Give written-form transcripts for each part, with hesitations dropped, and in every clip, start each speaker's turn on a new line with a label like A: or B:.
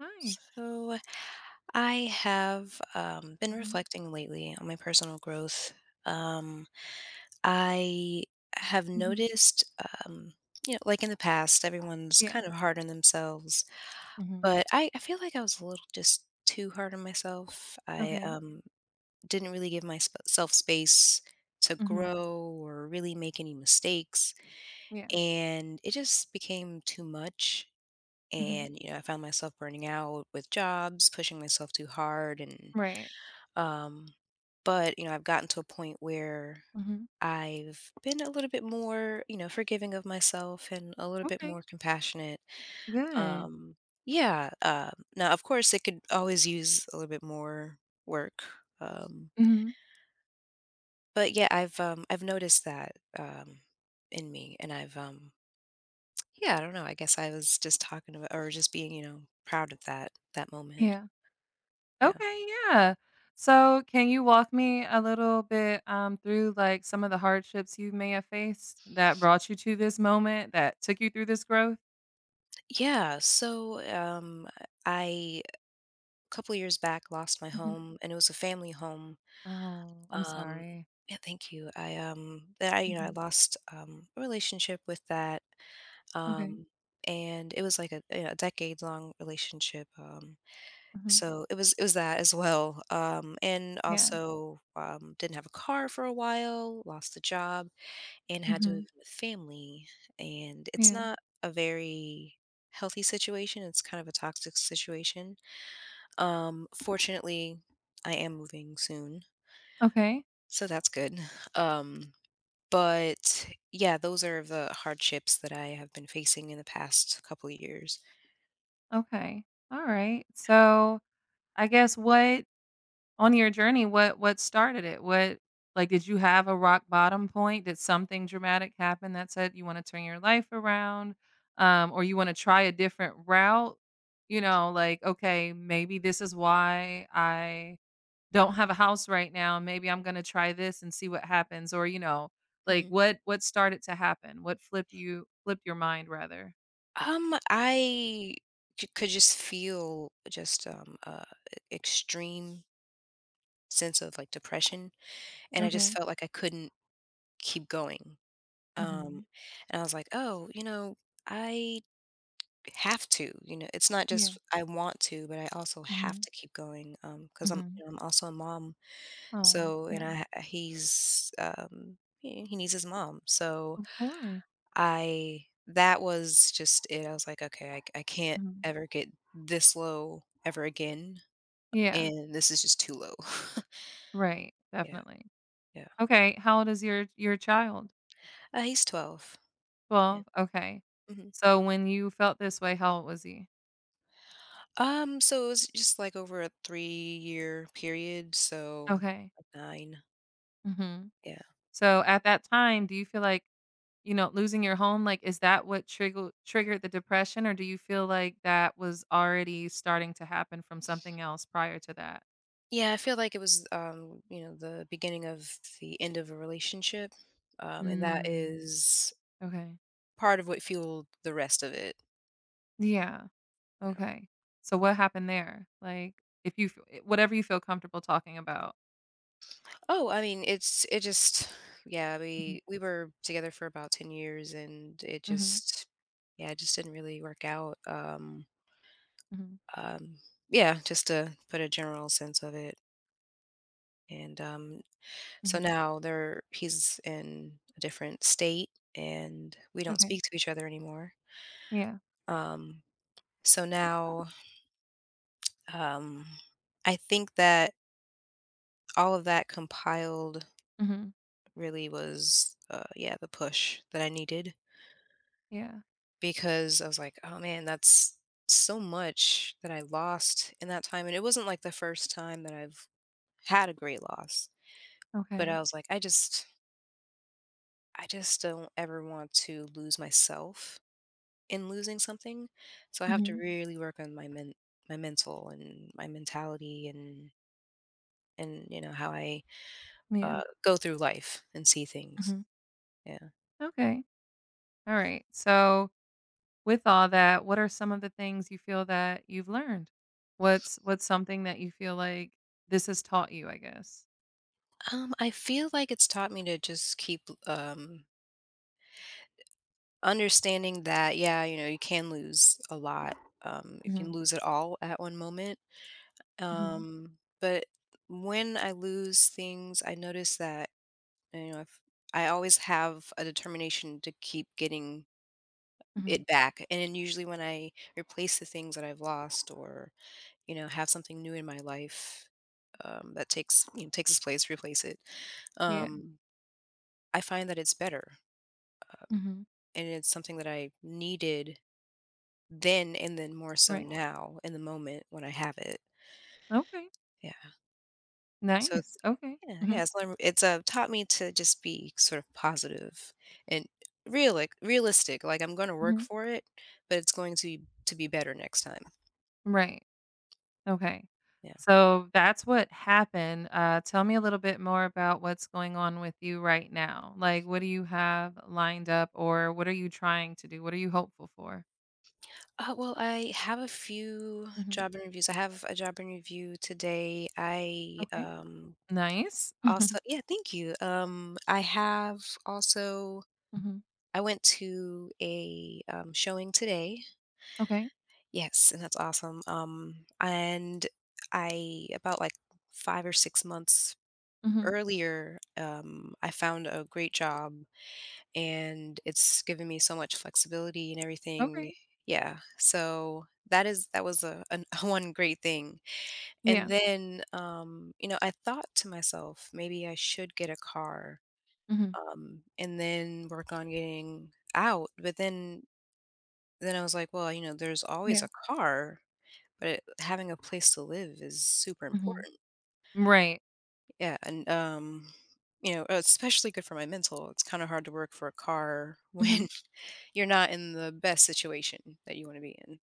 A: Hi.
B: So, I have been
A: Mhm,
B: reflecting lately on my personal growth. Um, I have
A: mhm.
B: noticed, um, like in the past, everyone's
A: Yeah.
B: kind of hard on themselves,
A: Mhm.
B: but I feel like I was a little just too hard on myself. I
A: Okay.
B: didn't really give myself space to
A: Mhm.
B: grow or really make any mistakes,
A: Yeah.
B: and it just became too much.
A: Mhm.
B: And I found myself burning out with jobs, pushing myself too hard. and
A: Right.
B: um but you know, I've gotten to a point where
A: Mhm.
B: I've been a little bit more, you know, forgiving of myself and a little bit
A: Okay.
B: more compassionate.
A: Good.
B: um yeah Now, of course, it could always use a little bit more work. um
A: Mhm.
B: but yeah, I've I've noticed that um in me, and I've yeah, I don't know. I guess I was just talking about or just being, you know, proud of that moment.
A: Yeah.
B: Yeah.
A: Okay, yeah. So, can you walk me a little bit, through, some of the hardships you may have faced that brought you to this moment, that took you through this growth?
B: Yeah, so I a couple of years back lost my
A: Mhm.
B: home, and it was a family home.
A: Oh, I'm
B: Um,
A: sorry.
B: yeah, thank you. I I, you know, I
A: Mhm.
B: lost a relationship with that,
A: Okay.
B: um, and it was like a, you know, a decade long relationship.
A: Mhm.
B: So it was that as well, and
A: Yeah.
B: also didn't have a car for a while, lost the job, and had to move
A: Mhm.
B: in with family. And it's
A: Yeah.
B: not a very healthy situation. It's kind of a toxic situation. Fortunately, I am moving soon,
A: Okay.
B: so that's good. Um, but yeah, those are the hardships that I have been facing in the past couple of years.
A: Okay. Alright. So, I guess what On your journey, what started it? What Like, did you have a rock bottom point? Did something dramatic happen that said you wanna turn your life around, or you wanna try a different route? "Okay, maybe this is why I don't have a house right now. Maybe I'm gonna try this and see what happens," or, you know, like,
B: Mhm.
A: what started to happen? What flipped your mind rather?
B: I could just feel just extreme sense of like depression, and I just
A: Okay.
B: felt like I couldn't keep going. Um,
A: Mhm.
B: and I was like, oh, you know, I have to. You know, it's not
A: Yeah.
B: just I want to, but I also have
A: Mhm.
B: to keep going. Because I'm,
A: Mhm.
B: you know, I'm also a mom.
A: Oh,
B: So, and
A: yeah.
B: he's he needs his mom. So,
A: Of course.
B: I that was just it. I was like, "Okay, I can't
A: Mhm.
B: ever get this low ever again,
A: Yeah.
B: and this is just too low."
A: Right,
B: Yeah,
A: definitely.
B: yeah.
A: Okay, how old is your child?
B: He's 12. Yeah.
A: 12? Okay.
B: Mhm.
A: So when you felt this way, how old was he?
B: So it was just, like, over a three-year period, so,
A: Okay.
B: like, 9.
A: Mhm.
B: Yeah.
A: So at that time, do you feel like, losing your home, is that what triggered the depression, or do you feel like that was already starting to happen from something else prior to that?
B: Yeah, I feel like it was, you know, the beginning of the end of a relationship, and that
A: Mm,
B: is
A: okay.
B: part of what fueled the rest of it.
A: Yeah,
B: Yeah.
A: okay. So what happened there? Like, if you f Whatever you feel comfortable talking about.
B: Oh, I mean, it just yeah,
A: Mhm,
B: we were together for about 10 years, and it
A: mhm,
B: just yeah, it just didn't really work out.
A: mhm,
B: Um yeah, just to put a general sense of it. And So
A: mhm.
B: now there, he's in a different state, and we don't
A: Okay.
B: speak to each other anymore.
A: Yeah.
B: Um so now, um I think that all of that compiled
A: Mhm.
B: really was yeah, the push that I needed,
A: Yeah.
B: because I was like, "Oh man, that's so much that I lost in that time," and it wasn't like the first time that I've had a great loss, but I
A: Okay.
B: was like, I just don't ever want to lose myself in losing something, so I have to
A: Mhm.
B: really work on my mental and my mentality and you know, how I,
A: Yeah.
B: go through life and see things."
A: Mhm.
B: Yeah.
A: Okay. All right. So, with all that, what are some of the things you feel that you've learned? What's something that you feel like this has taught you, I guess?
B: I feel like it's taught me to just keep, um understanding that, yeah, you know, you can lose a lot, you can
A: Mhm.
B: lose it all at one moment,
A: Mhm.
B: but when I lose things, I notice that, you know, if I always have a determination to keep getting
A: Mhm.
B: it back, and then usually when I replace the things that I've lost or, you know, have something new in my life, that takes, you know, takes its place, replace it,
A: Yeah.
B: um, I find that it's better,
A: Mhm.
B: and it's something that I needed then, and then more so
A: Right.
B: now in the moment when I have it.
A: Okay.
B: Yeah. So it's
A: Nice. Okay.
B: yeah, yeah,
A: Mhm.
B: it's taught me to just be sort of positive and realistic, like, I'm gonna work
A: Mhm.
B: for it, but it's going to be better next time.
A: Right. Okay.
B: Yeah.
A: So that's what happened. Tell me a little bit more about what's going on with you right now. Like, what do you have lined up, or what are you trying to do? What are you hopeful for?
B: Well, I have a few
A: hmm
B: job interviews. I have a job interview today.
A: Okay. Nice.
B: Also, yeah, thank you. I have also
A: hmm
B: I went to a, showing today.
A: Okay.
B: Yes, and that's awesome. And I about like 5 or 6 months
A: hmm
B: earlier, I found a great job, and it's given me so much flexibility and everything.
A: Okay.
B: Yeah. So that is that was a, an, one great thing. And
A: Yeah.
B: then You know, I thought to myself, maybe I should get a car,
A: hmm
B: and then work on getting out. But then I was like, well, you know, there's always
A: Yeah.
B: a car, but it having a place to live is super
A: hmm
B: important.
A: Right.
B: Yeah, you know, especially good for my mental. It's kinda hard to work for a car
A: hmm
B: when you're not in the best situation that you wanna be in.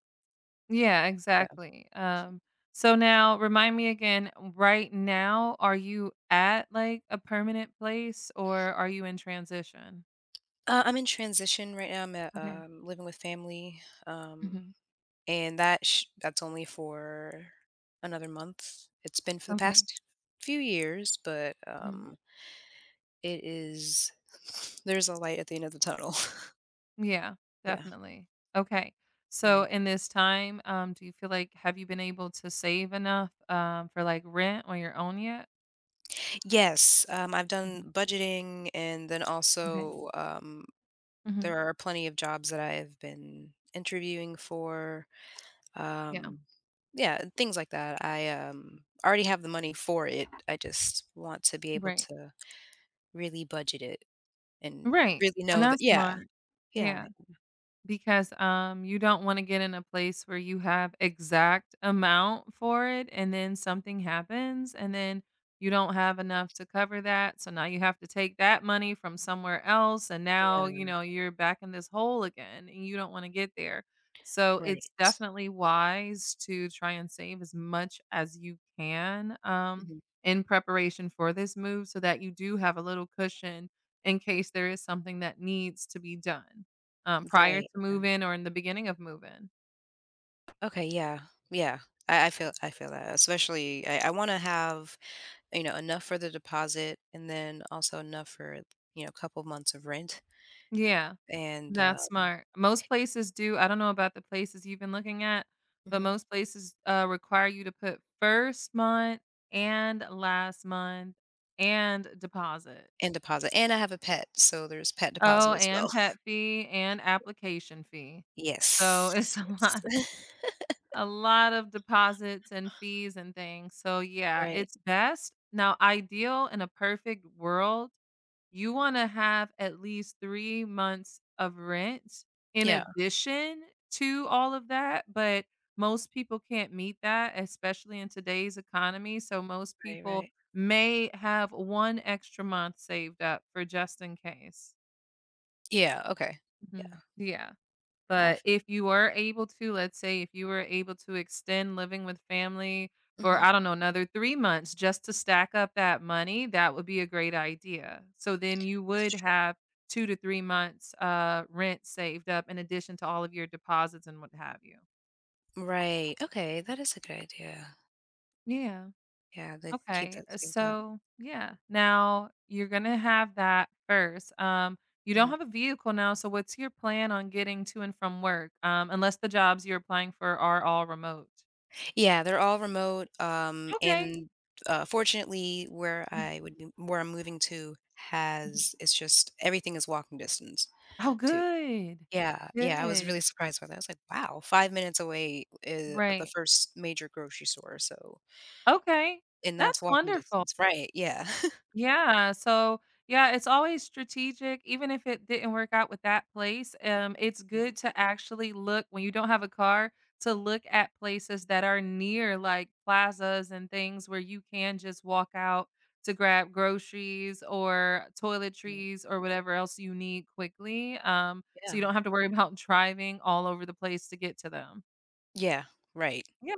A: Yeah.
B: Yeah.
A: Exactly. So now, remind me again. Right now, are you at like a permanent place, or are you in transition?
B: I'm in transition right now. I'm at,
A: Okay.
B: living with family, um, and that's only for another month. It's been for the
A: Okay.
B: past few years, but,
A: Mhm.
B: it is there's a light at the end of the tunnel.
A: Yeah,
B: Yeah,
A: definitely. Okay. So
B: right.
A: in this time, do you feel like have you been able to save enough for like rent on your own yet?
B: Yes, I've done
A: Mhm.
B: budgeting, and then
A: Okay.
B: also
A: hmm
B: there are plenty of jobs that I have been interviewing for.
A: Yeah.
B: Um, yeah, and things like that. I already have the money for it. I just want to be able
A: Right.
B: to really budget it and
A: Right.
B: really
A: And
B: know that.
A: that's
B: Yeah,
A: smart.
B: yeah,
A: Yeah. Because, you don't wanna get in a place where you have exact amount for it, and then something happens, and then you don't have enough to cover that, so now you have to take that money from somewhere else, and now,
B: yeah.
A: you're back in this hole again, and you don't wanna get there. So, it's
B: Right.
A: definitely wise to try and save as much as you can,
B: Mhm.
A: in preparation for this move so that you do have a little cushion in case there is something that needs to be done. Prior
B: Right,
A: to
B: yeah.
A: move-in or in the beginning of move-in.
B: Okay. Yeah. Yeah. I feel. I feel that. Especially, I want to have, you know, enough for the deposit, and then also enough for, you know, a couple months of rent,
A: Yeah,
B: and
A: that's smart. Most places do I don't know about the places you've been looking at, but
B: mhm,
A: most places, require you to put 1st month and last month and deposit.
B: and deposit. And I have a pet, so there's pet deposit
A: Oh,
B: as well.
A: and pet fee and application fee. So it's
B: Yes.
A: a lot
B: Yes.
A: a lot of deposits and fees and things. So, yeah,
B: Right.
A: it's best. Now, ideal in a perfect world you wanna have at least 3 months of rent in
B: Yeah.
A: addition to all of that, but most people can't meet that, especially in today's economy, so most
B: Right,
A: people
B: right.
A: may have 1 extra month saved up for just in case.
B: Yeah, okay. Yeah.
A: Mhm. Yeah. But
B: I've
A: if you were able to, let's say if you were able to extend living with family for,
B: mhm,
A: I don't know, another 3 months just to stack up that money, that would be a great idea. So then you
B: that's
A: would
B: true.
A: have 2-3 months, rent saved up in addition to all of your deposits and what have you.
B: Right. Okay, that is a good idea.
A: Yeah.
B: Yeah, they keep
A: Okay.
B: that
A: Uh,
B: saved up.
A: So, yeah. Now you're going to have that first. You don't
B: Mhm.
A: have a vehicle now, so what's your plan on getting to and from work? Unless the jobs you're applying for are all remote.
B: Yeah, they're all remote,
A: Okay.
B: fortunately, where I'm moving to has it's just everything is walking distance
A: Oh,
B: too.
A: good.
B: Yeah, yeah, I was really
A: Good.
B: surprised by that. I was like, "Wow, 5 minutes away is the
A: Right.
B: first major grocery store," so
A: Okay.
B: and that's
A: That's
B: walking
A: wonderful.
B: distance, right, yeah.
A: Yeah, so yeah, it's always strategic, even if it didn't work out with that place, it's
B: Mm,
A: good to actually look when you don't have a car, to look at places that are near, like, plazas and things where you can just walk out to grab groceries or
B: right,
A: toiletries or whatever else you need quickly, so you
B: yeah.
A: don't have to worry about driving all over the place to get to them.
B: Yeah, right,
A: Yeah,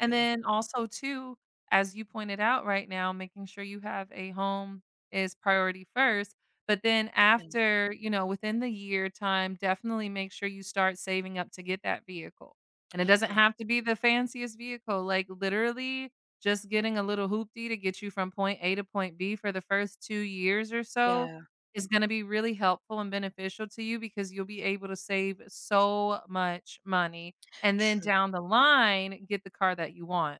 A: and then also too, as you pointed out right now, making sure you have a home is priority first, but then
B: Yeah, mm,
A: after, within the year time, definitely make sure you start saving up to get that vehicle. And it doesn't have to be the fanciest vehicle, like, literally just getting a little hoopty to get you from point A to point B for the first 2 years or so
B: yeah,
A: is gonna be really helpful and beneficial to you because you'll be able to save so much money and then
B: true.
A: down the line, get the car that you want.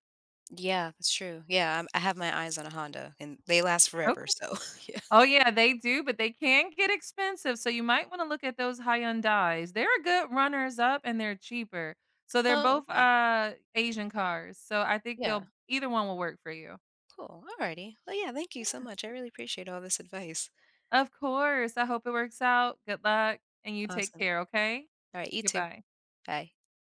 B: Yeah, that's true. Yeah, I have my eyes on a Honda, and they last forever,
A: Okay.
B: so, yeah.
A: Oh, yeah, they do, but they can get expensive, so you might wanna look at those Hyundais. They're a good runners up and they're cheaper. So they're
B: Oh,
A: both,
B: okay,
A: Asian cars, so I think
B: yeah.
A: they'll either one will work for you.
B: Cool. Alrighty. Well, yeah, thank you so
A: Yeah,
B: much. I really appreciate all this advice.
A: of course. I hope it works out. Good luck, and you take
B: Awesome.
A: care, okay?
B: All right, you too.
A: Goodbye.
B: Bye.